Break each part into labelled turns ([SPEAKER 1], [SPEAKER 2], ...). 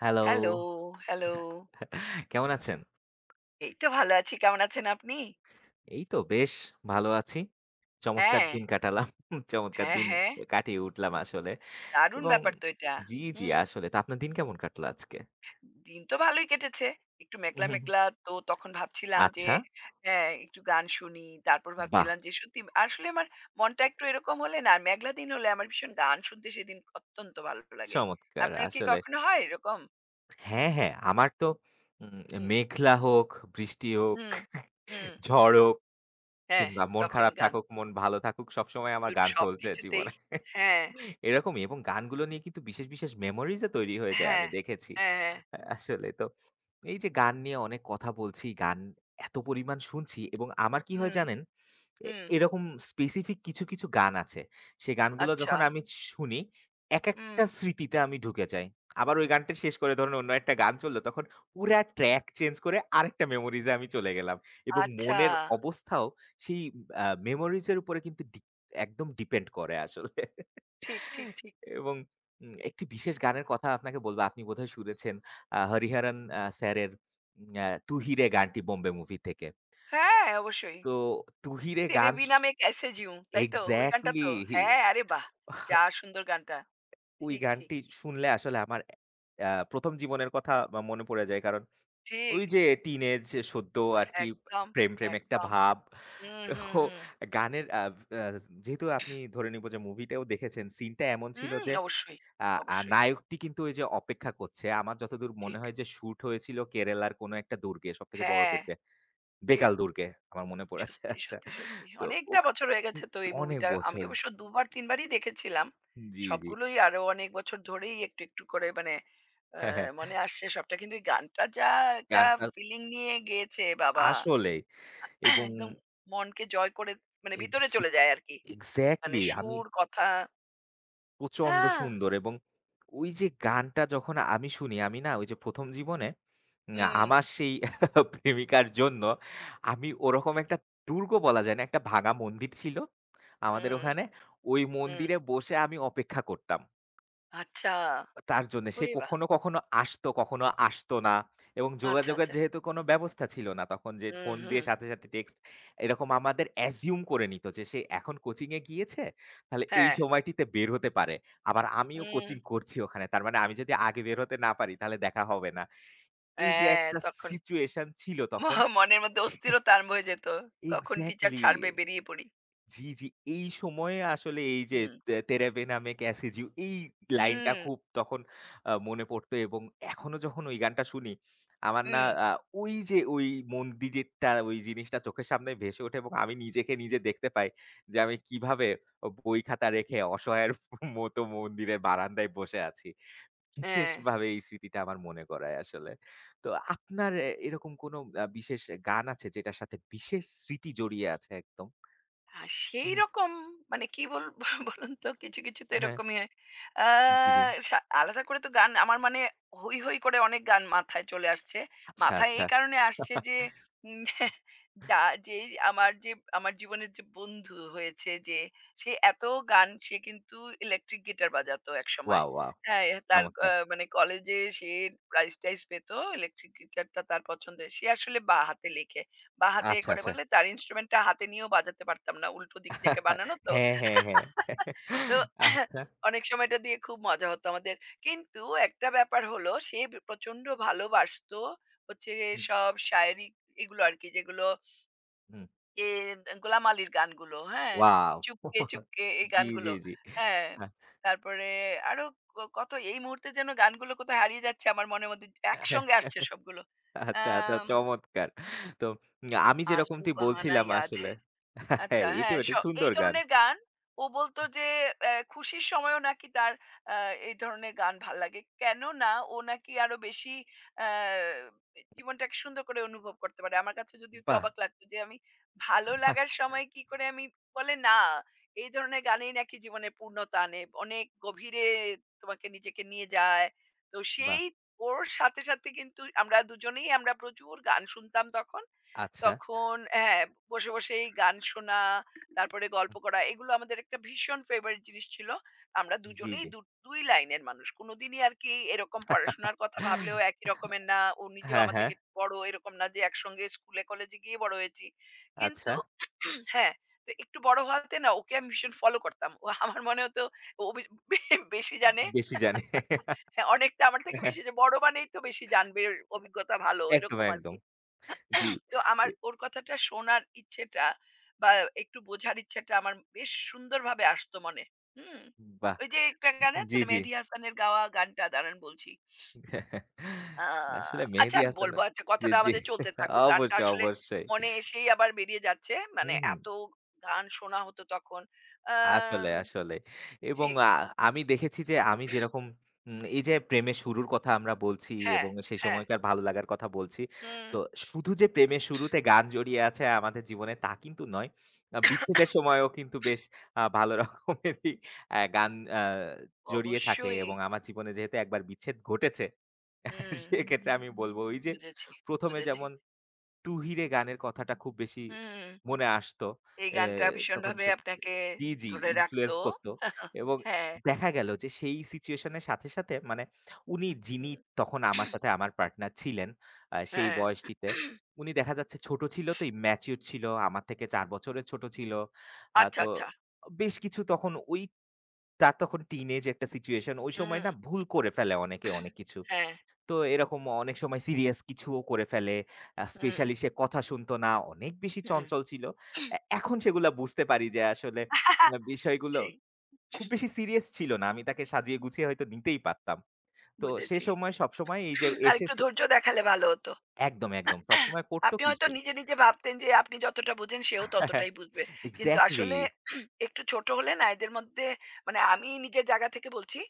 [SPEAKER 1] Hello,
[SPEAKER 2] hello, hello.
[SPEAKER 1] কেমন আছেন?
[SPEAKER 2] এই তো ভালো আছি। কেমন আছেন আপনি?
[SPEAKER 1] এই তো বেশ ভালো আছি। চমৎকার
[SPEAKER 2] হ্যাঁ,
[SPEAKER 1] দিন কাটালাম। চমৎকার
[SPEAKER 2] হ্যাঁ,
[SPEAKER 1] দিন
[SPEAKER 2] হ্যাঁ।
[SPEAKER 1] কাটিয়ে উঠলাম আসলে
[SPEAKER 2] দারুণ
[SPEAKER 1] এবং
[SPEAKER 2] ব্যাপার তো এটা।
[SPEAKER 1] জি, জি,
[SPEAKER 2] হুম,
[SPEAKER 1] আসলে। তো আপনার দিন কেমন কাটলো আজকে?
[SPEAKER 2] দিন তো ভালোই কেটেছে। একটু
[SPEAKER 1] হুম,
[SPEAKER 2] মেঘলা,
[SPEAKER 1] হুম, হুম।
[SPEAKER 2] মেঘলা তো তখন ভাবছিলাম যে
[SPEAKER 1] আচ্ছা,
[SPEAKER 2] হ্যাঁ, একটু গান শুনি। তারপর
[SPEAKER 1] বাহ!
[SPEAKER 2] ভাবছিলাম যে সত্যি আসলে আমার মনটা একটু এরকম হলে না, মেঘলা দিন হলে আমার ভীষণ গান শুনতে সেদিন অত্যন্ত ভালো লাগে।
[SPEAKER 1] চমৎকার
[SPEAKER 2] আপনার কি
[SPEAKER 1] আসলে।
[SPEAKER 2] কখনো হয় এরকম?
[SPEAKER 1] হ্যাঁ, হ্যাঁ, আমার তো
[SPEAKER 2] হুম,
[SPEAKER 1] মেঘলা হোক, বৃষ্টি হোক,
[SPEAKER 2] হুম, হুম।
[SPEAKER 1] ঝড় হোক
[SPEAKER 2] হ্যাঁ,
[SPEAKER 1] কিংবা মন
[SPEAKER 2] তখন
[SPEAKER 1] খারাপ
[SPEAKER 2] গান।
[SPEAKER 1] থাকুক, মন ভালো থাকুক সবসময় আমার
[SPEAKER 2] দু
[SPEAKER 1] গান চলছে
[SPEAKER 2] সবকিছুতেই।
[SPEAKER 1] জীবনে।
[SPEAKER 2] হ্যাঁ,
[SPEAKER 1] এরকমই এবং গানগুলো নিয়ে কিন্তু বিশেষ, বিশেষ মেমোরিজ ও তৈরি হয়ে যায় আমি
[SPEAKER 2] হ্যাঁ,
[SPEAKER 1] দেখেছি।
[SPEAKER 2] হ্যাঁ।
[SPEAKER 1] আসলে তো এই যে গান নিয়ে অনেক কথা বলছি, গান এত পরিমাণ শুনছি এবং আমার কি হয়
[SPEAKER 2] হুম,
[SPEAKER 1] জানেন? এ
[SPEAKER 2] হুম।
[SPEAKER 1] এরকম স্পেসিফিক কিছু, কিছু গান আছে। সেই গানগুলো
[SPEAKER 2] আচ্ছা।
[SPEAKER 1] যখন আমি শুনি,
[SPEAKER 2] হুম,
[SPEAKER 1] একেকটা স্মৃতিতে আমি ঢুকে যাই। আবার ওই গানটা শেষ করে ধরেন অন্য একটা গান চললো, তখন পুরা ট্র্যাক চেঞ্জ করে আরেকটা মেমোরিজ এ আমি চলে গেলাম। এবং
[SPEAKER 2] আচ্ছা।
[SPEAKER 1] মনের অবস্থাও সেই মেমোরিজ এর উপরে কিন্তু একদম ডিপেন্ড করে আসলে।
[SPEAKER 2] ঠিক, ঠিক, ঠিক।
[SPEAKER 1] এবং একটি বিশেষ গানের কথা আপনাকে বলব। আপনি বোধহয় শুনেছেন হরিহরন স্যারের উম আ 'তু হি রে' গানটি 'বোম্বে' মুভি থেকে।
[SPEAKER 2] হ্যাঁ, অবশ্যই।
[SPEAKER 1] তো 'তু হি রে'
[SPEAKER 2] 'তেরে
[SPEAKER 1] গান
[SPEAKER 2] বিনা মে কাইসে জিউঁ' তাই তো? ওই গানটা
[SPEAKER 1] এক্সাক্টলি।
[SPEAKER 2] তো? হ্যাঁ, আরে বাহ! যা সুন্দর গানটা।
[SPEAKER 1] ওই
[SPEAKER 2] ঠিক, ঠিক,
[SPEAKER 1] গানটি শুনলে আসলে আমার ১ম জীবনের কথা বা মনে পড়ে যায়। কারণ ওই
[SPEAKER 2] ঠিক।
[SPEAKER 1] যে টিনেজ সদ্য আরকি
[SPEAKER 2] একদম,
[SPEAKER 1] প্রেম, প্রেম একটা
[SPEAKER 2] একদম।
[SPEAKER 1] ভাব।
[SPEAKER 2] হুম,
[SPEAKER 1] তো
[SPEAKER 2] হুম, হুম।
[SPEAKER 1] গানের আ আ যেহেতু আপনি ধরে নিব যে মুভিটাও দেখেছেন, সিনটা এমন ছিল
[SPEAKER 2] হুম,
[SPEAKER 1] যে
[SPEAKER 2] অবশ্যই,
[SPEAKER 1] আ আ
[SPEAKER 2] অবশ্যই।
[SPEAKER 1] নায়কটি কিন্তু ওই যে অপেক্ষা করছে। আমার যতদূর মনে
[SPEAKER 2] ঠিক।
[SPEAKER 1] হয় যে শুট হয়েছিল কেরালার কোনো একটা দুর্গে, সবথেকে বড়
[SPEAKER 2] হ্যাঁ,
[SPEAKER 1] দুর্গে,
[SPEAKER 2] ঠিক।
[SPEAKER 1] বেকাল দুর্গে। আমার মনে পড়েছে।
[SPEAKER 2] সত্যি,
[SPEAKER 1] আচ্ছা।
[SPEAKER 2] সত্যি, সত্যি।
[SPEAKER 1] তো
[SPEAKER 2] অনেকটা
[SPEAKER 1] ওখ
[SPEAKER 2] বছর হয়ে গেছে তো এই
[SPEAKER 1] অনেক
[SPEAKER 2] মুভিটা। আমি
[SPEAKER 1] বছর
[SPEAKER 2] অবশ্য ২ বার ৩ বারই দেখেছিলাম।
[SPEAKER 1] জি, জি।
[SPEAKER 2] সবগুলোই আরো অনেক বছর ধরেই একটু, একটু করে মানে আ
[SPEAKER 1] হ্যাঁ, হ্যাঁ।
[SPEAKER 2] মনে আসছে সবটা। কিন্তু এই গানটা যা একটা
[SPEAKER 1] গানটা
[SPEAKER 2] ফিলিং নিয়ে গেয়েছে বাবা!
[SPEAKER 1] আসলেই এবং
[SPEAKER 2] একদম মনকে জয় করে মানে ভিতরে
[SPEAKER 1] এক্স
[SPEAKER 2] চলে যায় আরকি। মানে
[SPEAKER 1] এক্সাক্টলি আমি
[SPEAKER 2] সুর, কথা
[SPEAKER 1] প্রচন্ড
[SPEAKER 2] হ্যাঁ,
[SPEAKER 1] সুন্দর এবং ওই যে গানটা যখন আমি শুনি আমি না ওই যে ১ম জীবনে
[SPEAKER 2] হুম,
[SPEAKER 1] আমার সেই প্রেমিকার জন্য আমি ওরকম একটা দুর্গ বলা যায় না, একটা ভাঙা মন্দির ছিল আমাদের
[SPEAKER 2] হুম,
[SPEAKER 1] ওখানে। ওই
[SPEAKER 2] হুম।
[SPEAKER 1] মন্দিরে বসে আমি অপেক্ষা করতাম।
[SPEAKER 2] আচ্ছা।
[SPEAKER 1] তার জন্যে সে
[SPEAKER 2] ওরে বাহ!
[SPEAKER 1] কখনো, কখনো আসতো, কখনো আসতো না এবং
[SPEAKER 2] আচ্ছা,
[SPEAKER 1] যোগাযোগের
[SPEAKER 2] আচ্ছা।
[SPEAKER 1] যেহেতু কোনো ব্যবস্থা ছিল না তখন যে
[SPEAKER 2] হুম,
[SPEAKER 1] ফোন
[SPEAKER 2] হুম।
[SPEAKER 1] দিয়ে সাথে, সাথে টেক্সট এরকম আমাদের অ্যাজিউম করে নিত যে সে এখন কোচিংয়ে গিয়েছে, তাহলে এই
[SPEAKER 2] হ্যাঁ,
[SPEAKER 1] সময়টিতে বের হতে পারে। আবার আমিও
[SPEAKER 2] হুম।
[SPEAKER 1] কোচিং করছি ওখানে। তার মানে আমি যদি আগে বের হতে না পারি তাহলে দেখা হবে না। এই যে
[SPEAKER 2] হ্যাঁ,
[SPEAKER 1] একটা
[SPEAKER 2] তখন
[SPEAKER 1] সিচুয়েশন ছিল
[SPEAKER 2] ম
[SPEAKER 1] তখন
[SPEAKER 2] মনের মধ্যে অস্থিরতা আরম্ভ হয়ে যেত। কখন টিচার
[SPEAKER 1] এক্সাক্টলি।
[SPEAKER 2] ছাড়বে বেরিয়ে পড়ি।
[SPEAKER 1] জি, জি। এই সময়ে আসলে এই যে
[SPEAKER 2] হুম।
[SPEAKER 1] তেরে বে না মে কেসে জিউ এই লাইনটা
[SPEAKER 2] হুম,
[SPEAKER 1] খুব তখন মনে পড়তো এবং এখনো যখন ওই গানটা শুনি, আমার না
[SPEAKER 2] হুম।
[SPEAKER 1] আ ওই যে ওই মন্দিরেরটা ওই জিনিসটা চোখের সামনে ভেসে ওঠে এবং আমি নিজেকে নিজে দেখতে পাই যে আমি কিভাবে বই খাতা রেখে অসহায়ের মতো মন্দিরের বারান্দায় বসে আছি।
[SPEAKER 2] হ্যাঁ।
[SPEAKER 1] বিশেষভাবে এই স্মৃতিটা আমার মনে করায় আসলে। তো আপনার এরকম কোনো বিশেষ গান আছে যেটার সাথে বিশেষ স্মৃতি জড়িয়ে আছে একদম?
[SPEAKER 2] আ
[SPEAKER 1] হুম,
[SPEAKER 2] সেইরকম মানে কি বল বলুন তো কিছু, কিছু তো
[SPEAKER 1] হ্যাঁ।
[SPEAKER 2] এরকমই হয়। আ
[SPEAKER 1] জি, জি।
[SPEAKER 2] আলাদা করে তো গান আমার মানে হৈ, হৈ করে অনেক গান মাথায় চলে আসছে।
[SPEAKER 1] আচ্ছা,
[SPEAKER 2] মাথায়
[SPEAKER 1] আচ্ছা।
[SPEAKER 2] এই কারণে আসছে যে উম যা যেই আমার যে আমার জীবনের যে বন্ধু হয়েছে যে সে এত গান সে কিন্তু ইলেকট্রিক গিটার বাজাতো একসময়।
[SPEAKER 1] Wow, wow!
[SPEAKER 2] হ্যাঁ, এ তার
[SPEAKER 1] চমৎকার।
[SPEAKER 2] মানে কলেজে সে প্রাইজ-টাইজ পেত। ইলেকট্রিক গিটারটা তার পছন্দের। সে আসলে বাঁ হাতে লেখে। বা হাতে এ
[SPEAKER 1] আচ্ছা,
[SPEAKER 2] করে
[SPEAKER 1] আচ্ছা।
[SPEAKER 2] বলে তার ইন্সট্রুমেন্টটা হাতে নিয়েও বাজাতে পারতাম না। উল্টো দিক থেকে বানানো তো।
[SPEAKER 1] হ্যাঁ, হ্যাঁ, হ্যাঁ।
[SPEAKER 2] তো
[SPEAKER 1] আচ্ছা।
[SPEAKER 2] অনেক সময় এটা দিয়ে খুব মজা হতো আমাদের। কিন্তু একটা ব্যাপার হলো সে প্রচন্ড ভালোবাসতো হচ্ছে গিয়ে
[SPEAKER 1] হুম,
[SPEAKER 2] সব শায়েরি এগুলো আরকি যেগুলো
[SPEAKER 1] হুম।
[SPEAKER 2] এ গোলাম আলীর গানগুলো, হ্যাঁ?
[SPEAKER 1] ওয়াও!
[SPEAKER 2] চুপকে, চুপকে এই
[SPEAKER 1] জি,
[SPEAKER 2] গানগুলো।
[SPEAKER 1] জি, জি।
[SPEAKER 2] হ্যাঁ, তারপরে আরো কত এই মুহূর্তে যেন গানগুলো কোথায় হারিয়ে যাচ্ছে আমার মনের মধ্যে একসঙ্গে আসছে সবগুলো।
[SPEAKER 1] আচ্ছা, আচ্ছা
[SPEAKER 2] আম
[SPEAKER 1] চমৎকার। তো আমি
[SPEAKER 2] "आंसू
[SPEAKER 1] যেরকমটি
[SPEAKER 2] बहाना
[SPEAKER 1] বলছিলাম
[SPEAKER 2] याद
[SPEAKER 1] আসলে
[SPEAKER 2] है।"
[SPEAKER 1] হ্যাঁ,
[SPEAKER 2] আচ্ছা হ্যাঁ,
[SPEAKER 1] এটাও একটা
[SPEAKER 2] এই
[SPEAKER 1] সুন্দর গান।
[SPEAKER 2] ধরনের গান ও বলত যে খুশির সময়ও নাকি তার আ এই ধরনের গান ভাল লাগে। কেননা ও নাকি আরো বেশি অ্যা জীবনটাকে সুন্দর করে অনুভব করতে পারে। আমার কাছে যদিও একটু
[SPEAKER 1] বাহ!
[SPEAKER 2] অবাক লাগতো যে আমি ভালো লাগার সময় কি করে আমি বলে না এই ধরনের গানেই নাকি জীবনে পূর্ণতা আনে। অনেক গভীরে তোমাকে নিজেকে নিয়ে যায়। তো
[SPEAKER 1] বাহ!
[SPEAKER 2] সেই ওর সাথে, সাথে কিন্তু আমরা দুজনেই আমরা প্রচুর গান শুনতাম তখন।
[SPEAKER 1] আচ্ছা।
[SPEAKER 2] তখন হ্যাঁ, বসে, বসেই গান শোনা, তারপরে গল্প করা এগুলো আমাদের একটা ভীষণ ফেভারিট জিনিস ছিল। আমরা
[SPEAKER 1] জি,
[SPEAKER 2] দুজনেই
[SPEAKER 1] জি।
[SPEAKER 2] ২ লাইনের মানুষ। কোনদিনই আরকি এরকম পড়াশোনার কথা ভাবলেও একই রকমের না। ও নিজেও
[SPEAKER 1] হ্যাঁ,
[SPEAKER 2] আমার
[SPEAKER 1] হ্যাঁ।
[SPEAKER 2] থেকে একটু বড় এরকম না যে একসঙ্গে স্কুলে কলেজে গিয়ে বড় হয়েছি।
[SPEAKER 1] আচ্ছা।
[SPEAKER 2] কিন্তু হ্যাঁ, তো একটু বড় হওয়াতে না ওকে আমি ভীষণ ফলো করতাম। ও আমার মনে হতো ও বে বে বেশি জানে।
[SPEAKER 1] বেশি জানে।
[SPEAKER 2] হ্যাঁ, অনেকটা আমার থেকে বেশি যে বড় মানেই তো বেশি জানবে, অভিজ্ঞতা ভালো
[SPEAKER 1] একদম,
[SPEAKER 2] এরকম
[SPEAKER 1] একদম।
[SPEAKER 2] আরকি।
[SPEAKER 1] জি।
[SPEAKER 2] তো আমার
[SPEAKER 1] এ
[SPEAKER 2] ওর কথাটা শোনার ইচ্ছেটা বা একটু বোঝার ইচ্ছেটা আমার বেশ সুন্দরভাবে আসতো মনে। হুম?
[SPEAKER 1] বাহ!
[SPEAKER 2] ওই যে একটা গান আছে
[SPEAKER 1] জি,
[SPEAKER 2] না
[SPEAKER 1] জি।
[SPEAKER 2] মেহেদী হাসানের গাওয়া গানটা দাঁড়ান বলছি। আ
[SPEAKER 1] আসলে
[SPEAKER 2] আচ্ছা
[SPEAKER 1] মেহেদী
[SPEAKER 2] আমি বলব
[SPEAKER 1] হাসানের
[SPEAKER 2] আচ্ছা
[SPEAKER 1] জি,
[SPEAKER 2] কথাটা
[SPEAKER 1] জি।
[SPEAKER 2] আমাদের চলতে থাকুক। গানটা
[SPEAKER 1] অবশ্যই,
[SPEAKER 2] আসলে
[SPEAKER 1] অবশ্যই।
[SPEAKER 2] মনে এসেই আবার বেরিয়ে যাচ্ছে।
[SPEAKER 1] হুম,
[SPEAKER 2] মানে
[SPEAKER 1] হুম।
[SPEAKER 2] এত গান শোনা হতো তখন।
[SPEAKER 1] আসলে,
[SPEAKER 2] আম
[SPEAKER 1] আসলে। এবং
[SPEAKER 2] ঠিক
[SPEAKER 1] আমি দেখেছি যে আমি যেরকম এই যে প্রেমের শুরুর কথা আমরা বলছি
[SPEAKER 2] হ্যাঁ,
[SPEAKER 1] এবং সেই
[SPEAKER 2] হ্যাঁ।
[SPEAKER 1] সময়কার ভালো লাগার কথা বলছি।
[SPEAKER 2] হুম।
[SPEAKER 1] তো শুধু যে প্রেমের শুরুতে গান জড়িয়ে আছে আমাদের জীবনে তা কিন্তু নয়। বিচ্ছেদের সময়ও কিন্তু বেশ ভালো রকমেরই গান আ জড়িয়ে থাকে
[SPEAKER 2] অবশ্যই।
[SPEAKER 1] এবং আমার জীবনে যেহেতু একবার বিচ্ছেদ ঘটেছে
[SPEAKER 2] হুম,
[SPEAKER 1] সেক্ষেত্রে আমি বলব ওই যে
[SPEAKER 2] বুঝেছি,
[SPEAKER 1] ১ম এ
[SPEAKER 2] বুঝেছি।
[SPEAKER 1] যেমন 'তুহিরে' গানের কথাটা খুব বেশি
[SPEAKER 2] হুম।
[SPEAKER 1] মনে আসতো।
[SPEAKER 2] এই
[SPEAKER 1] এ
[SPEAKER 2] গানটা
[SPEAKER 1] তখন
[SPEAKER 2] ভীষণভাবে আপনাকে
[SPEAKER 1] জি, জি
[SPEAKER 2] ধরে
[SPEAKER 1] ইনফ্লুয়েন্স
[SPEAKER 2] রাখতো।
[SPEAKER 1] করত এবং
[SPEAKER 2] হ্যাঁ।
[SPEAKER 1] দেখা গেল যে সেই সিচুয়েশন এর সাথে, সাথে মানে উনি
[SPEAKER 2] হুম।
[SPEAKER 1] যিনি তখন আমার সাথে আমার পার্টনার ছিলেন সেই
[SPEAKER 2] হ্যাঁ।
[SPEAKER 1] বয়সটিতে, উনি দেখা যাচ্ছে ছোট ছিল তো immature ছিল। আমার থেকে ৪ বছরের ছোট ছিল।
[SPEAKER 2] আচ্ছা,
[SPEAKER 1] তো
[SPEAKER 2] আচ্ছা।
[SPEAKER 1] বেশ কিছু তখন ওই তার তখন টিনেজ একটা সিচুয়েশন। ওই সময়
[SPEAKER 2] হুম।
[SPEAKER 1] না ভুল করে ফেলে অনেকে অনেক কিছু।
[SPEAKER 2] হ্যাঁ।
[SPEAKER 1] তো এরকম অনেক সময় সিরিয়াস কিছুও করে ফেলে।
[SPEAKER 2] হুম,
[SPEAKER 1] স্পেশালি সে কথা শুনত না। অনেক বেশি
[SPEAKER 2] হুম।
[SPEAKER 1] চঞ্চল ছিল। এখন সেগুলা বুঝতে পারি যে আসলে বিষয়গুলো
[SPEAKER 2] সেই
[SPEAKER 1] খুব বেশি সিরিয়াস ছিল না। আমি তাকে সাজিয়ে গুছিয়ে হয়তো নিতেই পারতাম। তো সে
[SPEAKER 2] বুঝেছি।
[SPEAKER 1] সময় সবসময় এই যে এসে
[SPEAKER 2] আরেকটু
[SPEAKER 1] সো
[SPEAKER 2] ধৈর্য দেখালে ভালো হতো।
[SPEAKER 1] একদম, একদম। সবসময় করত
[SPEAKER 2] আপনি
[SPEAKER 1] কি
[SPEAKER 2] হয়তো
[SPEAKER 1] সে
[SPEAKER 2] নিজে, নিজে ভাবতেন যে আপনি যতটা বোঝেন সেও ততটাই বুঝবে। কিন্তু
[SPEAKER 1] এক্সাক্টলি।
[SPEAKER 2] আসলে একটু ছোট হলে না এদের মধ্যে মানে আমি নিজের জায়গা থেকে বলছি।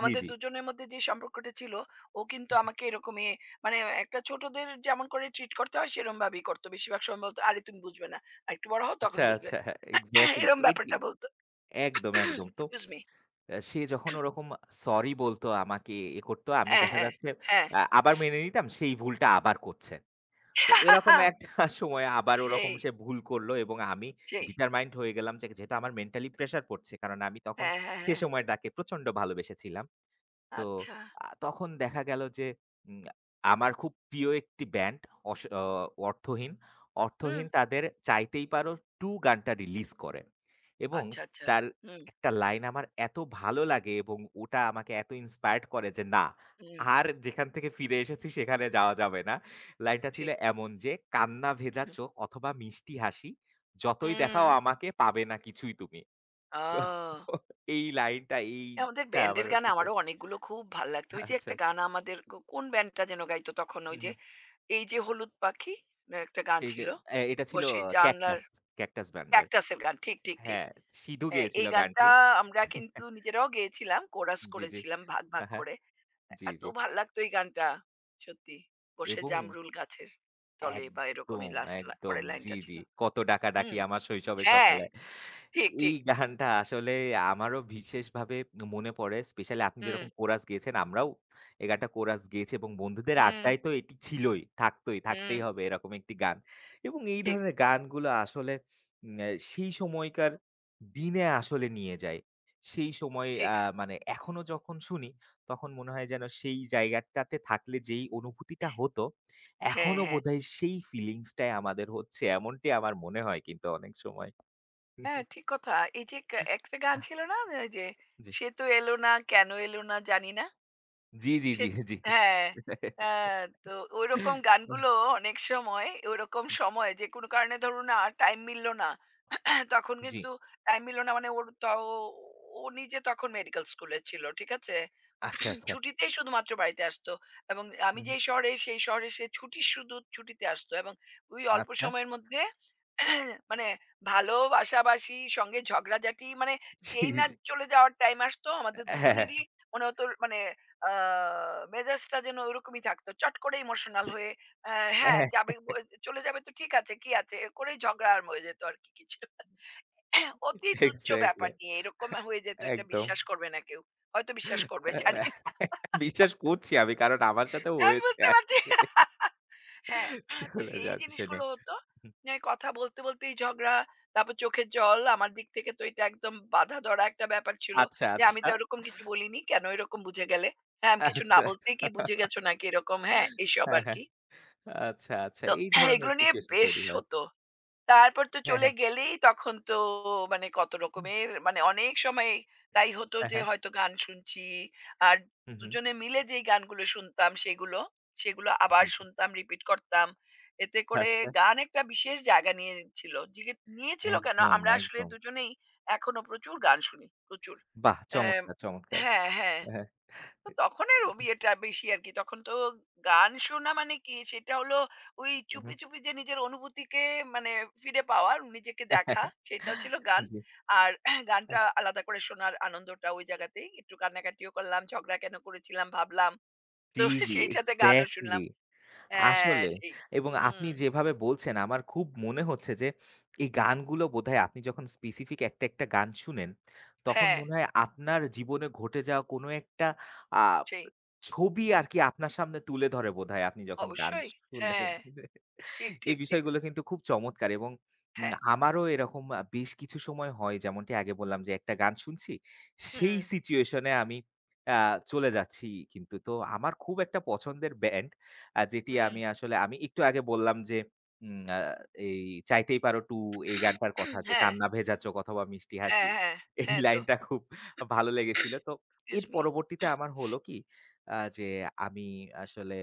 [SPEAKER 1] জি, জি।
[SPEAKER 2] দুজনের মধ্যে যে সম্পর্কটা ছিল ও কিন্তু আমাকে এরকমই মানে একটা ছোটদের যেমন করে ট্রিট করতে হয় সেরমভাবেই করত। বেশিরভাগ সময় বলত, "আরে তুমি বুঝবে না। আরেকটু বড় হও তখন
[SPEAKER 1] আচ্ছা,
[SPEAKER 2] বুঝবে।"
[SPEAKER 1] আচ্ছা। হ্যাঁ, এক্সাক্টলি
[SPEAKER 2] এরম
[SPEAKER 1] এটি
[SPEAKER 2] ব্যাপারটা বলত।
[SPEAKER 1] একদম, একদম। তো
[SPEAKER 2] এক্সকিউজ মি।
[SPEAKER 1] সে যখন ওরকম সরি বলতো আমাকে করতো আমি
[SPEAKER 2] হ্যাঁ,
[SPEAKER 1] দেখা
[SPEAKER 2] হ্যাঁ,
[SPEAKER 1] যাচ্ছে
[SPEAKER 2] হ্যাঁ।
[SPEAKER 1] আবার মেনে নিতাম সেই ভুলটা আবার করছে। তো এরকম একটা সময়ে আবার ওরকম
[SPEAKER 2] সেই,
[SPEAKER 1] সে ভুল করল এবং আমি
[SPEAKER 2] সেই।
[SPEAKER 1] determined হয়ে গেলাম যে যেহেতু আমার মেন্টালি প্রেশার পড়ছে। কারণ আমি তখন
[SPEAKER 2] হ্যাঁ, হ্যাঁ,
[SPEAKER 1] সে
[SPEAKER 2] হ্যাঁ।
[SPEAKER 1] সময় তাকে প্রচন্ড ভালোবেসেছিলাম। তো
[SPEAKER 2] আচ্ছা।
[SPEAKER 1] তখন দেখা গেল যে উম আমার খুব প্রিয় একটি ব্যান্ড অস অ অর্থহীন।
[SPEAKER 2] হুম।
[SPEAKER 1] অর্থহীন তাদের 'চাইতেই পারো টু' গানটা রিলিজ করে এবং
[SPEAKER 2] আচ্ছা, আচ্ছা।
[SPEAKER 1] তার
[SPEAKER 2] হুম,
[SPEAKER 1] একটা লাইন আমার এত ভালো লাগে এবং ওটা আমাকে এত ইন্সপায়ার্ড করে যে না,
[SPEAKER 2] হুম।
[SPEAKER 1] আর যেখান থেকে ফিরে এসেছি সেখানে যাওয়া যাবে না। লাইনটা ছিল
[SPEAKER 2] ঠিক।
[SPEAKER 1] এমন যে, "কান্না ভেজা চোখ অথবা মিষ্টি হাসি, যতই
[SPEAKER 2] হুম।
[SPEAKER 1] দেখাও আমাকে পাবে না কিছুই তুমি।" তো
[SPEAKER 2] ও!
[SPEAKER 1] এই লাইনটা
[SPEAKER 2] আমাদের
[SPEAKER 1] এইটা আমার
[SPEAKER 2] ব্যান্ডের গান আমারও
[SPEAKER 1] পিছনে-
[SPEAKER 2] অনেকগুলো খুব ভাল লাগতো। ওই যে
[SPEAKER 1] আচ্ছা।
[SPEAKER 2] একটা গান আমাদের কোন ব্যান্ডটা যেন গাইতো তখন?
[SPEAKER 1] হুম,
[SPEAKER 2] ওই যে,
[SPEAKER 1] হুম।
[SPEAKER 2] এই যে হলুদ পাখি না একটা গান
[SPEAKER 1] সেই যে
[SPEAKER 2] ছিল।
[SPEAKER 1] এটা ছিল
[SPEAKER 2] বসে জানলার
[SPEAKER 1] ক্যাকটাস, ক্যাকটাস ব্যান্ডের।
[SPEAKER 2] ক্যাকটাসের গান। ঠিক, ঠিক, ঠিক।
[SPEAKER 1] হ্যাঁ, সিধু
[SPEAKER 2] হ্যাঁ,
[SPEAKER 1] গেয়েছিল
[SPEAKER 2] এই গানটা
[SPEAKER 1] গানটি।
[SPEAKER 2] আমরা কিন্তু নিজেরাও গেয়েছিলাম। কোরাস
[SPEAKER 1] জি, জি।
[SPEAKER 2] করেছিলাম ভাগ, ভাগ
[SPEAKER 1] আহা!
[SPEAKER 2] করে।
[SPEAKER 1] জি,
[SPEAKER 2] এত
[SPEAKER 1] জি।
[SPEAKER 2] ভাল লাগতো এই গানটা। সত্যি। বসে
[SPEAKER 1] এবং
[SPEAKER 2] জামরুল গাছের তলে বা এরকমই
[SPEAKER 1] একদম,
[SPEAKER 2] লাস্ট লা
[SPEAKER 1] একদম।
[SPEAKER 2] পরের
[SPEAKER 1] জি,
[SPEAKER 2] লাইনটা
[SPEAKER 1] জি।
[SPEAKER 2] ছিল।
[SPEAKER 1] কত ডাকাডাকি
[SPEAKER 2] হুম।
[SPEAKER 1] আমার শৈশবের
[SPEAKER 2] হ্যাঁ,
[SPEAKER 1] সকালে।
[SPEAKER 2] ঠিক,
[SPEAKER 1] এই
[SPEAKER 2] ঠিক।
[SPEAKER 1] গানটা আসলে আমারও বিশেষভাবে মনে পড়ে। স্পেশালি আপনি
[SPEAKER 2] হুম,
[SPEAKER 1] যেরকম কোরাস গেয়েছেন, আমরাও এই গানটা কোরাস গেয়েছি এবং বন্ধুদের
[SPEAKER 2] হুম,
[SPEAKER 1] আড্ডায় তো এটি ছিলই, থাকতই,
[SPEAKER 2] হুম।
[SPEAKER 1] থাকতেই হবে এরকম একটি গান। এবং এই
[SPEAKER 2] ঠিক,
[SPEAKER 1] ধরনের গানগুলো আসলে উম অ্যা সেই সময়কার দিনে আসলে নিয়ে যায়। সেই সময়
[SPEAKER 2] ঠিক।
[SPEAKER 1] মানে এখনো যখন শুনি, তখন মনে হয় যেন সেই জায়গাটাতে থাকলে যেই অনুভূতিটা হতো
[SPEAKER 2] হ্যাঁ,
[SPEAKER 1] এখনো
[SPEAKER 2] হ্যাঁ।
[SPEAKER 1] বোধহয় সেই ফিলিংস টাই আমাদের হচ্ছে এমনটি আমার মনে হয় কিন্তু অনেক সময়।
[SPEAKER 2] হ্যাঁ, ঠিক কথা। এই যে একটা গান
[SPEAKER 1] আহ
[SPEAKER 2] ছিল না? ওই যে,
[SPEAKER 1] জি।
[SPEAKER 2] "সে তো এলো না, কেন এলো না জানি না।"
[SPEAKER 1] জি, জি,
[SPEAKER 2] সে
[SPEAKER 1] জি, জি।
[SPEAKER 2] হ্যাঁ, হ্যাঁ। তো ওইরকম গানগুলো অনেক সময় ওইরকম সময় যে কোনো কারণে ধরুন আর টাইম মিলল না। তখন
[SPEAKER 1] জি।
[SPEAKER 2] কিন্তু অ্যামিলোনা মানে ওর ত ও ও নিজে তখন মেডিকেল স্কুলে ছিল। ঠিক আছে?
[SPEAKER 1] আচ্ছা, আচ্ছা।
[SPEAKER 2] ছুটিতেই শুধুমাত্র বাড়িতে আসতো এবং আমি
[SPEAKER 1] হুম।
[SPEAKER 2] যেই শহরে, সেই শহরে সে ছুটি শুধু ছুটিতে আসতো এবং ওই অল্প
[SPEAKER 1] আচ্ছা।
[SPEAKER 2] সময়ের মধ্যে মানে ভালোবাসাবাসি, সঙ্গে ঝগড়াঝাটি মানে
[SPEAKER 1] জি,
[SPEAKER 2] যেই না
[SPEAKER 1] জি।
[SPEAKER 2] চলে যাওয়ার টাইম আসতো আমাদের
[SPEAKER 1] হ্যাঁ,
[SPEAKER 2] দুজনেরই মনে হতো মানে আ মেজাজটা যেন ওরকমই থাকতো। চট করে ইমোশনাল হয়ে হ্যাঁ,
[SPEAKER 1] হ্যাঁ,
[SPEAKER 2] যাবে ব চলে যাবে তো ঠিক আছে, কি আছে? এ করেই ঝগড়া আর হয়ে যেত আরকি কিছু। অতি তুচ্ছ
[SPEAKER 1] এক্সাক্টলি।
[SPEAKER 2] ব্যাপার নিয়ে এরকম হয়ে যেত এটা
[SPEAKER 1] একদম।
[SPEAKER 2] বিশ্বাস করবে না কেউ। হয়তো বিশ্বাস করবে জানি না।
[SPEAKER 1] বিশ্বাস করছি আমি কারণ আমার সাথেও
[SPEAKER 2] আমি
[SPEAKER 1] হয়েছে
[SPEAKER 2] বুঝতে পারছি। হ্যাঁ, তো
[SPEAKER 1] চলে
[SPEAKER 2] সেই
[SPEAKER 1] যাওয়ার বিষয় নিয়ে।
[SPEAKER 2] জিনিসগুলো হতো। নিয়ে কথা বলতে, বলতেই ঝগড়া, তারপর চোখের জল। আমার দিক থেকে তো এটা একদম বাঁধা ধরা একটা ব্যাপার ছিল
[SPEAKER 1] আচ্ছা,
[SPEAKER 2] যে, "আমি
[SPEAKER 1] আচ্ছা,
[SPEAKER 2] তো এরকম কিছু বলিনি। কেন এরকম বুঝে গেলে? হ্যাঁ, আমি কিছু না
[SPEAKER 1] আচ্ছা।
[SPEAKER 2] বলতেই কি বুঝে গেছো নাকি?" এরকম হ্যাঁ, এসব
[SPEAKER 1] হ্যাঁ, হ্যাঁ।
[SPEAKER 2] আরকি।
[SPEAKER 1] আচ্ছা, আচ্ছা।
[SPEAKER 2] তো
[SPEAKER 1] এই ধরনের
[SPEAKER 2] এগুলো নিয়ে
[SPEAKER 1] সিচুয়েশন
[SPEAKER 2] বেশ
[SPEAKER 1] তৈরি হয়।
[SPEAKER 2] হতো। তারপর তো
[SPEAKER 1] হ্যাঁ,
[SPEAKER 2] চলে
[SPEAKER 1] হ্যাঁ।
[SPEAKER 2] গেলেই তখন তো মানে কত রকমের মানে অনেক সময় তাই হতো
[SPEAKER 1] হ্যাঁ,
[SPEAKER 2] যে
[SPEAKER 1] হ্যাঁ।
[SPEAKER 2] হয়তো গান শুনছি আর
[SPEAKER 1] হুম, হুম।
[SPEAKER 2] দুজনে মিলে যেই গানগুলো শুনতাম সেগুলো সেগুলো আবার
[SPEAKER 1] জি,
[SPEAKER 2] শুনতাম রিপিট করতাম এতে করে
[SPEAKER 1] আচ্ছা।
[SPEAKER 2] গান একটা বিশেষ জায়গা নিয়ে ছিল জিগে- নিয়েছিল কেন
[SPEAKER 1] একদম,
[SPEAKER 2] আমরা আসলে
[SPEAKER 1] একদম।
[SPEAKER 2] দুজনেই এখনো প্রচুর গান শুনি প্রচুর
[SPEAKER 1] বাহ!
[SPEAKER 2] আহ,
[SPEAKER 1] চমৎকার, চমৎকার।
[SPEAKER 2] হ্যাঁ হ্যাঁ
[SPEAKER 1] হ্যাঁ,
[SPEAKER 2] তো তখন এর ও বিয়েটা বেশি আরকি। তখন তো গান শোনা মানে কি? সেটা হলো ওই
[SPEAKER 1] হু, হু।
[SPEAKER 2] চুপি, চুপি যে নিজের অনুভূতিকে মানে ফিরে পাওয়া, নিজেকে দেখা সেটাও ছিল গান।
[SPEAKER 1] জি,
[SPEAKER 2] আর
[SPEAKER 1] আ
[SPEAKER 2] গানটা আলাদা করে শোনার আনন্দটা ওই জায়গাতেই। একটু কান্নাকাটিও করলাম, ঝগড়া কেন করেছিলাম ভাবলাম।
[SPEAKER 1] জি,
[SPEAKER 2] তো
[SPEAKER 1] জি,
[SPEAKER 2] সেই সাথে গানও
[SPEAKER 1] এক্সাক্টলি।
[SPEAKER 2] শুনলাম। হ্যাঁ,
[SPEAKER 1] আসলে
[SPEAKER 2] সেই।
[SPEAKER 1] এবং আপনি
[SPEAKER 2] হুম।
[SPEAKER 1] যেভাবে বলছেন আমার খুব মনে হচ্ছে যে এই গানগুলো বোধহয় আপনি যখন স্পেসিফিক একটা গান শুনেন তখন
[SPEAKER 2] হ্যাঁ,
[SPEAKER 1] মনে হয় আপনার জীবনে ঘটে যাওয়া কোনো একটা আ
[SPEAKER 2] সেই।
[SPEAKER 1] ছবি আরকি আপনার সামনে তুলে ধরে বোধহয় আপনি যখন গান
[SPEAKER 2] অবশ্যই।
[SPEAKER 1] শুনেন।
[SPEAKER 2] হ্যাঁ। ঠিক,
[SPEAKER 1] এই
[SPEAKER 2] ঠিক, ঠিক।
[SPEAKER 1] বিষয়গুলো কিন্তু খুব চমৎকার এবং
[SPEAKER 2] হ্যাঁ।
[SPEAKER 1] আমারও এরকম বেশ কিছু সময় হয় যেমনটি আগে বললাম যে একটা গান শুনছি, সেই
[SPEAKER 2] হুম,
[SPEAKER 1] সিচুয়েশন এ আমি আ চলে যাচ্ছি কিন্তু। তো আমার খুব একটা পছন্দের ব্যান্ড যেটি
[SPEAKER 2] হুম।
[SPEAKER 1] আমি আসলে আমি একটু আগে বললাম যে উম আ এই 'চাইতেই পারো টু' এই গানটার কথা যে
[SPEAKER 2] হ্যাঁ,
[SPEAKER 1] 'কান্না ভেজা চোখ অথবা মিষ্টি
[SPEAKER 2] হ্যাঁ,
[SPEAKER 1] হাসি'
[SPEAKER 2] হ্যাঁ।
[SPEAKER 1] এই
[SPEAKER 2] হ্যাঁ তো।
[SPEAKER 1] লাইনটা খুব ভালো লেগেছিল। তো
[SPEAKER 2] এক্সকিউজ
[SPEAKER 1] এর
[SPEAKER 2] মি।
[SPEAKER 1] পরবর্তীতে আমার হলো কি যে আমি আসলে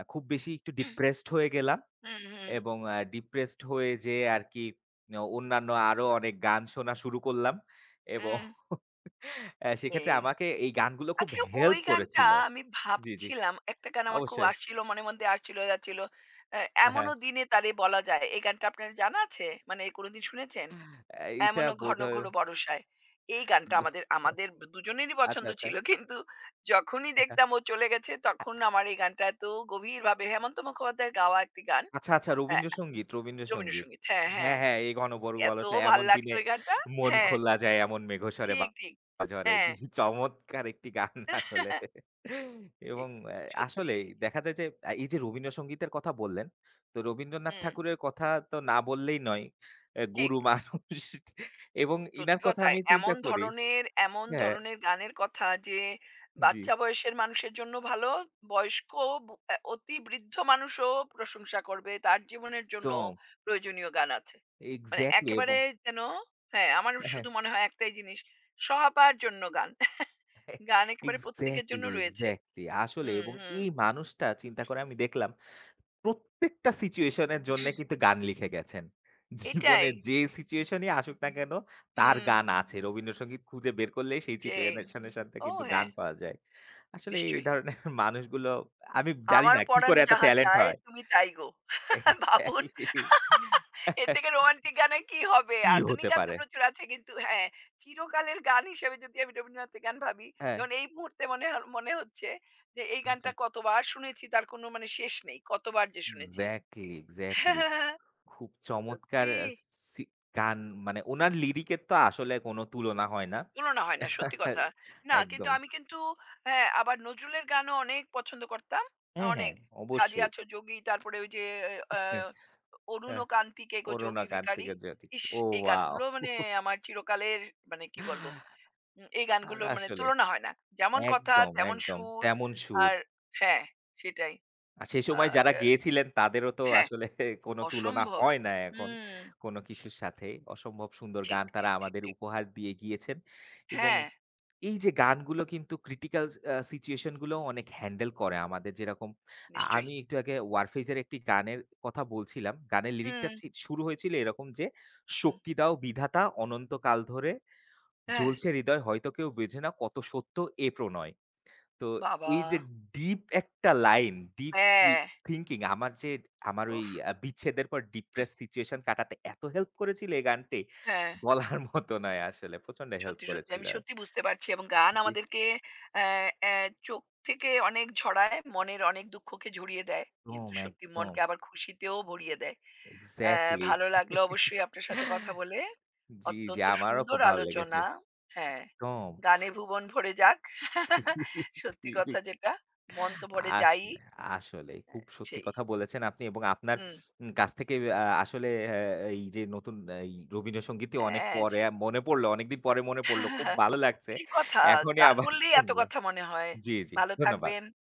[SPEAKER 1] খুব বেশি একটু ডিপ্রেসড হয়ে গেলাম।
[SPEAKER 2] হুম, হুম,
[SPEAKER 1] এবং ডিপ্রেসড হয়ে যেয়ে আরকি অন্যান্য আরো অনেক গান শোনা শুরু করলাম এবং
[SPEAKER 2] হুম,
[SPEAKER 1] সেক্ষেত্রে
[SPEAKER 2] এই।
[SPEAKER 1] আমাকে এই গানগুলো খুব
[SPEAKER 2] আচ্ছা ওই
[SPEAKER 1] হেল্প
[SPEAKER 2] গানটা
[SPEAKER 1] করেছিল।
[SPEAKER 2] আমি
[SPEAKER 1] জি, জি।
[SPEAKER 2] ভাবছিলাম, একটা গান আমার খুব
[SPEAKER 1] অবশ্যই।
[SPEAKER 2] আসছিল মনের মধ্যে আসছিল যাচ্ছিল।
[SPEAKER 1] হ্যাঁ, হ্যাঁ।
[SPEAKER 2] 'এমনও দিনে তারে বলা যায়' এই গানটা আপনার জানা আছে? মানে কোনদিন শুনেছেন?
[SPEAKER 1] এইটা
[SPEAKER 2] 'এমনও ঘন
[SPEAKER 1] বোধহয়
[SPEAKER 2] ঘোর বরষায়' এই গানটা আমাদের আমাদের দুজনেরই পছন্দ
[SPEAKER 1] আচ্ছা,
[SPEAKER 2] ছিল। কিন্তু যখনই
[SPEAKER 1] আচ্ছা।
[SPEAKER 2] দেখতাম ও চলে গেছে তখন আমার এই গানটা এত গভীরভাবে হেমন্ত মুখোপাধ্যায়ের গাওয়া একটি গান।
[SPEAKER 1] আচ্ছা, আচ্ছা
[SPEAKER 2] অ্যা
[SPEAKER 1] রবীন্দ্রসঙ্গীত, রবীন্দ্রসঙ্গীত।
[SPEAKER 2] রবীন্দ্রসঙ্গীত। হ্যাঁ,
[SPEAKER 1] হ্যাঁ,
[SPEAKER 2] হ্যাঁ।
[SPEAKER 1] হ্যাঁ, এই
[SPEAKER 2] এত
[SPEAKER 1] ঘনবর্ষবরষে
[SPEAKER 2] ভাল
[SPEAKER 1] এমন দিনে
[SPEAKER 2] লাগতো ওই গানটা।
[SPEAKER 1] মন
[SPEAKER 2] হ্যাঁ,
[SPEAKER 1] খোলা যায় এমন মেঘস্বরে
[SPEAKER 2] ঠিক, ঠিক।
[SPEAKER 1] বাতাস ঝরে।
[SPEAKER 2] হ্যাঁ।
[SPEAKER 1] জি, চমৎকার একটি গান আসলে। এবং
[SPEAKER 2] ঠিক, সত্যি।
[SPEAKER 1] আসলেই দেখা যায় যে এই যে রবীন্দ্রসঙ্গীতের কথা বললেন, তো রবীন্দ্রনাথ
[SPEAKER 2] হুম,
[SPEAKER 1] ঠাকুরের কথা তো না বললেই নয়।
[SPEAKER 2] ঠিক।
[SPEAKER 1] গুরু মানুষ এবং ইনার
[SPEAKER 2] সত্যি
[SPEAKER 1] কথা
[SPEAKER 2] কথা।
[SPEAKER 1] আমি চিন্তা
[SPEAKER 2] এমন
[SPEAKER 1] করি
[SPEAKER 2] ধরনের এমন
[SPEAKER 1] হ্যাঁ,
[SPEAKER 2] ধরনের গানের কথা যে
[SPEAKER 1] জি।
[SPEAKER 2] বাচ্চা বয়সের মানুষের জন্য ভালো, বয়স্ক অতি বৃদ্ধ মানুষও প্রশংসা করবে। তার জীবনের জন্য
[SPEAKER 1] তো
[SPEAKER 2] প্রয়োজনীয় গান আছে। মানে
[SPEAKER 1] এক্সাক্টলি এবং
[SPEAKER 2] একেবারে যেন হ্যাঁ, আমার
[SPEAKER 1] হ্যাঁ।
[SPEAKER 2] শুধু মনে হয় একটাই জিনিস, সবার জন্য গান। গান একেবারে প্রত্যেকের জন্য
[SPEAKER 1] এক্সাক্টলি,
[SPEAKER 2] রয়েছে।
[SPEAKER 1] এক্সাক্টলি। আসলে
[SPEAKER 2] হুম,
[SPEAKER 1] এবং
[SPEAKER 2] হুম।
[SPEAKER 1] এই মানুষটা চিন্তা করে আমি দেখলাম প্রত্যেকটা সিচুয়েশন এর জন্যে কিন্তু গান লিখে গেছেন।
[SPEAKER 2] এটাই।
[SPEAKER 1] জীবনে যে সিচুয়েশন ই আসুক না কেন তার
[SPEAKER 2] হুম,
[SPEAKER 1] গান আছে। রবীন্দ্রসঙ্গীত খুঁজে বের করলেই সেই
[SPEAKER 2] সেই।
[SPEAKER 1] সিচুয়েশন এর সাথে
[SPEAKER 2] ও
[SPEAKER 1] কিন্তু গান
[SPEAKER 2] হ্যাঁ,
[SPEAKER 1] পাওয়া যায়। আসলে এই
[SPEAKER 2] নিশ্চয়ই।
[SPEAKER 1] ধরনের মানুষগুলো আমি জানি
[SPEAKER 2] আমার
[SPEAKER 1] না কি
[SPEAKER 2] পরাণ
[SPEAKER 1] করে এত
[SPEAKER 2] যাহা
[SPEAKER 1] ট্যালেন্ট
[SPEAKER 2] চায়
[SPEAKER 1] হয়।
[SPEAKER 2] তুমি তাই গো। ভাবুন
[SPEAKER 1] এক্সাক্টলি
[SPEAKER 2] এর থেকে রোমান্টিক গানের কি হবে?
[SPEAKER 1] কি
[SPEAKER 2] আধুনিক
[SPEAKER 1] হতে
[SPEAKER 2] গান তো
[SPEAKER 1] পারে?
[SPEAKER 2] প্রচুর আছে কিন্তু হ্যাঁ, চিরকালের গান হিসেবে যদি আমি রবীন্দ্রনাথের গান ভাবি,
[SPEAKER 1] হ্যাঁ।
[SPEAKER 2] যেমন এই মুহূর্তে মনে হচ্ছে যে এই
[SPEAKER 1] জি।
[SPEAKER 2] গানটা কতবার শুনেছি তার কোনো মানে শেষ নেই। কতবার যে শুনেছি।
[SPEAKER 1] Exactly, exactly. খুব চমৎকার
[SPEAKER 2] সত্যি।
[SPEAKER 1] আ সি গান মানে উনার লিরিকের তো আসলে কোনো তুলনা হয় না।
[SPEAKER 2] তুলনা হয় না সত্যি কথা। না কিন্তু
[SPEAKER 1] একদম।
[SPEAKER 2] আমি কিন্তু হ্যাঁ, আবার নজরুলের গানও অনেক পছন্দ করতাম।
[SPEAKER 1] হ্যাঁ,
[SPEAKER 2] অনেক।
[SPEAKER 1] হ্যাঁ,
[SPEAKER 2] "সাজিয়া
[SPEAKER 1] অবশ্যই।
[SPEAKER 2] আছো যোগী" তারপরে ওই যে আ
[SPEAKER 1] হ্যাঁ,
[SPEAKER 2] "অরুণ
[SPEAKER 1] হ্যাঁ,
[SPEAKER 2] ও কান্তিকে গো
[SPEAKER 1] 'করুণা
[SPEAKER 2] যোগী ভিখারি।"
[SPEAKER 1] কার্তিকের জ্যোতি।'
[SPEAKER 2] ইস! এই
[SPEAKER 1] ওয়াও!
[SPEAKER 2] গানগুলো মানে আমার চিরকালের মানে কি বলব? এই গানগুলো মানে
[SPEAKER 1] আসলে
[SPEAKER 2] তুলনা হয় না। যেমন কথা
[SPEAKER 1] একদম,
[SPEAKER 2] তেমন
[SPEAKER 1] একদম।
[SPEAKER 2] সুর।
[SPEAKER 1] তেমন সুর।
[SPEAKER 2] আর হ্যাঁ, সেটাই।
[SPEAKER 1] আর সে সময়
[SPEAKER 2] আর
[SPEAKER 1] যারা
[SPEAKER 2] আহ,
[SPEAKER 1] গেয়েছিলেন তাদেরও তো
[SPEAKER 2] হ্যাঁ,
[SPEAKER 1] আসলে কোনো তুলনা
[SPEAKER 2] অসম্ভব।
[SPEAKER 1] হয় না এখন
[SPEAKER 2] হুম।
[SPEAKER 1] কোনো কিছুর সাথে। অসম্ভব সুন্দর
[SPEAKER 2] ঠিক,
[SPEAKER 1] গান তারা
[SPEAKER 2] ঠিক, ঠিক,
[SPEAKER 1] আমাদের
[SPEAKER 2] ঠিক।
[SPEAKER 1] উপহার দিয়ে গিয়েছেন এবং
[SPEAKER 2] হ্যাঁ,
[SPEAKER 1] এই যে গানগুলো কিন্তু ক্রিটিক্যাল সিচুয়েশন গুলোও অনেক হ্যান্ডেল করে আমাদের। যেরকম
[SPEAKER 2] নিশ্চয়ই।
[SPEAKER 1] আমি একটু আগে 'ওয়ারফেজ' এর একটি গানের কথা বলছিলাম। গানের লিরিকটা
[SPEAKER 2] হুম,
[SPEAKER 1] শুরু হয়েছিল এরকম যে,
[SPEAKER 2] হুম।
[SPEAKER 1] "শক্তি দাও বিধাতা অনন্তকাল ধরে,
[SPEAKER 2] হ্যাঁ,
[SPEAKER 1] জ্বলছে হৃদয় হয়তো কেউ বোঝে না কত সত্য এ প্রণয়।" তো
[SPEAKER 2] বাবা!
[SPEAKER 1] এই যে ডিপ একটা লাইন, ডিপ ই
[SPEAKER 2] হ্যাঁ।
[SPEAKER 1] থিংকিং আমার যে আমার ওই
[SPEAKER 2] উফ!
[SPEAKER 1] বিচ্ছেদের পর ডিপ্রেস সিচুয়েশন কাটাতে এত হেল্প করেছিল এই গানটি
[SPEAKER 2] হ্যাঁ,
[SPEAKER 1] বলার মতো নয় আসলে। প্রচন্ড হেল্প
[SPEAKER 2] সত্যি, সত্যি।
[SPEAKER 1] করেছিল।
[SPEAKER 2] আমি সত্যি বুঝতে পারছি এবং গান
[SPEAKER 1] জি।
[SPEAKER 2] আমাদেরকে অ্যা অ্যা চোখ থেকে অনেক ঝরায়, মনের অনেক দুঃখকে ঝরিয়ে দেয়।
[SPEAKER 1] একদম,
[SPEAKER 2] কিন্তু সত্যি
[SPEAKER 1] একদম।
[SPEAKER 2] মনকে আবার খুশিতেও ভরিয়ে দেয়। অ্যা
[SPEAKER 1] এক্সাক্টলি।
[SPEAKER 2] ভালো লাগলো অবশ্যই আপনার সাথে কথা বলে।
[SPEAKER 1] জি, জি,
[SPEAKER 2] অত্যন্ত
[SPEAKER 1] আমারও
[SPEAKER 2] সুন্দর
[SPEAKER 1] খুব ভালো লেগেছে।
[SPEAKER 2] আলোচনা। হ্যাঁ,
[SPEAKER 1] একদম।
[SPEAKER 2] গানে ভুবন ভরে যাক। সত্যি
[SPEAKER 1] জি,
[SPEAKER 2] কথা যেটা, মন তো ভরে যায়ই,
[SPEAKER 1] আসলে, আসলেই খুব সত্যি
[SPEAKER 2] সেই।
[SPEAKER 1] কথা বলেছেন আপনি এবং আপনার
[SPEAKER 2] হুম,
[SPEAKER 1] কাছ থেকে আসলে এই যে নতুন এই রবীন্দ্রসঙ্গীতই অনেক
[SPEAKER 2] হ্যাঁ,
[SPEAKER 1] পরে
[SPEAKER 2] সেই।
[SPEAKER 1] মনে পড়লো। অনেকদিন পরে মনে পড়লো। খুব ভালো লাগছে।
[SPEAKER 2] ঠিক কথা।
[SPEAKER 1] এখনই
[SPEAKER 2] গান
[SPEAKER 1] আবার
[SPEAKER 2] বললেই এত
[SPEAKER 1] শুনবো।
[SPEAKER 2] কথা মনে হয়।
[SPEAKER 1] জি, জি।
[SPEAKER 2] ভালো
[SPEAKER 1] ধন্যবাদ।
[SPEAKER 2] থাকবেন।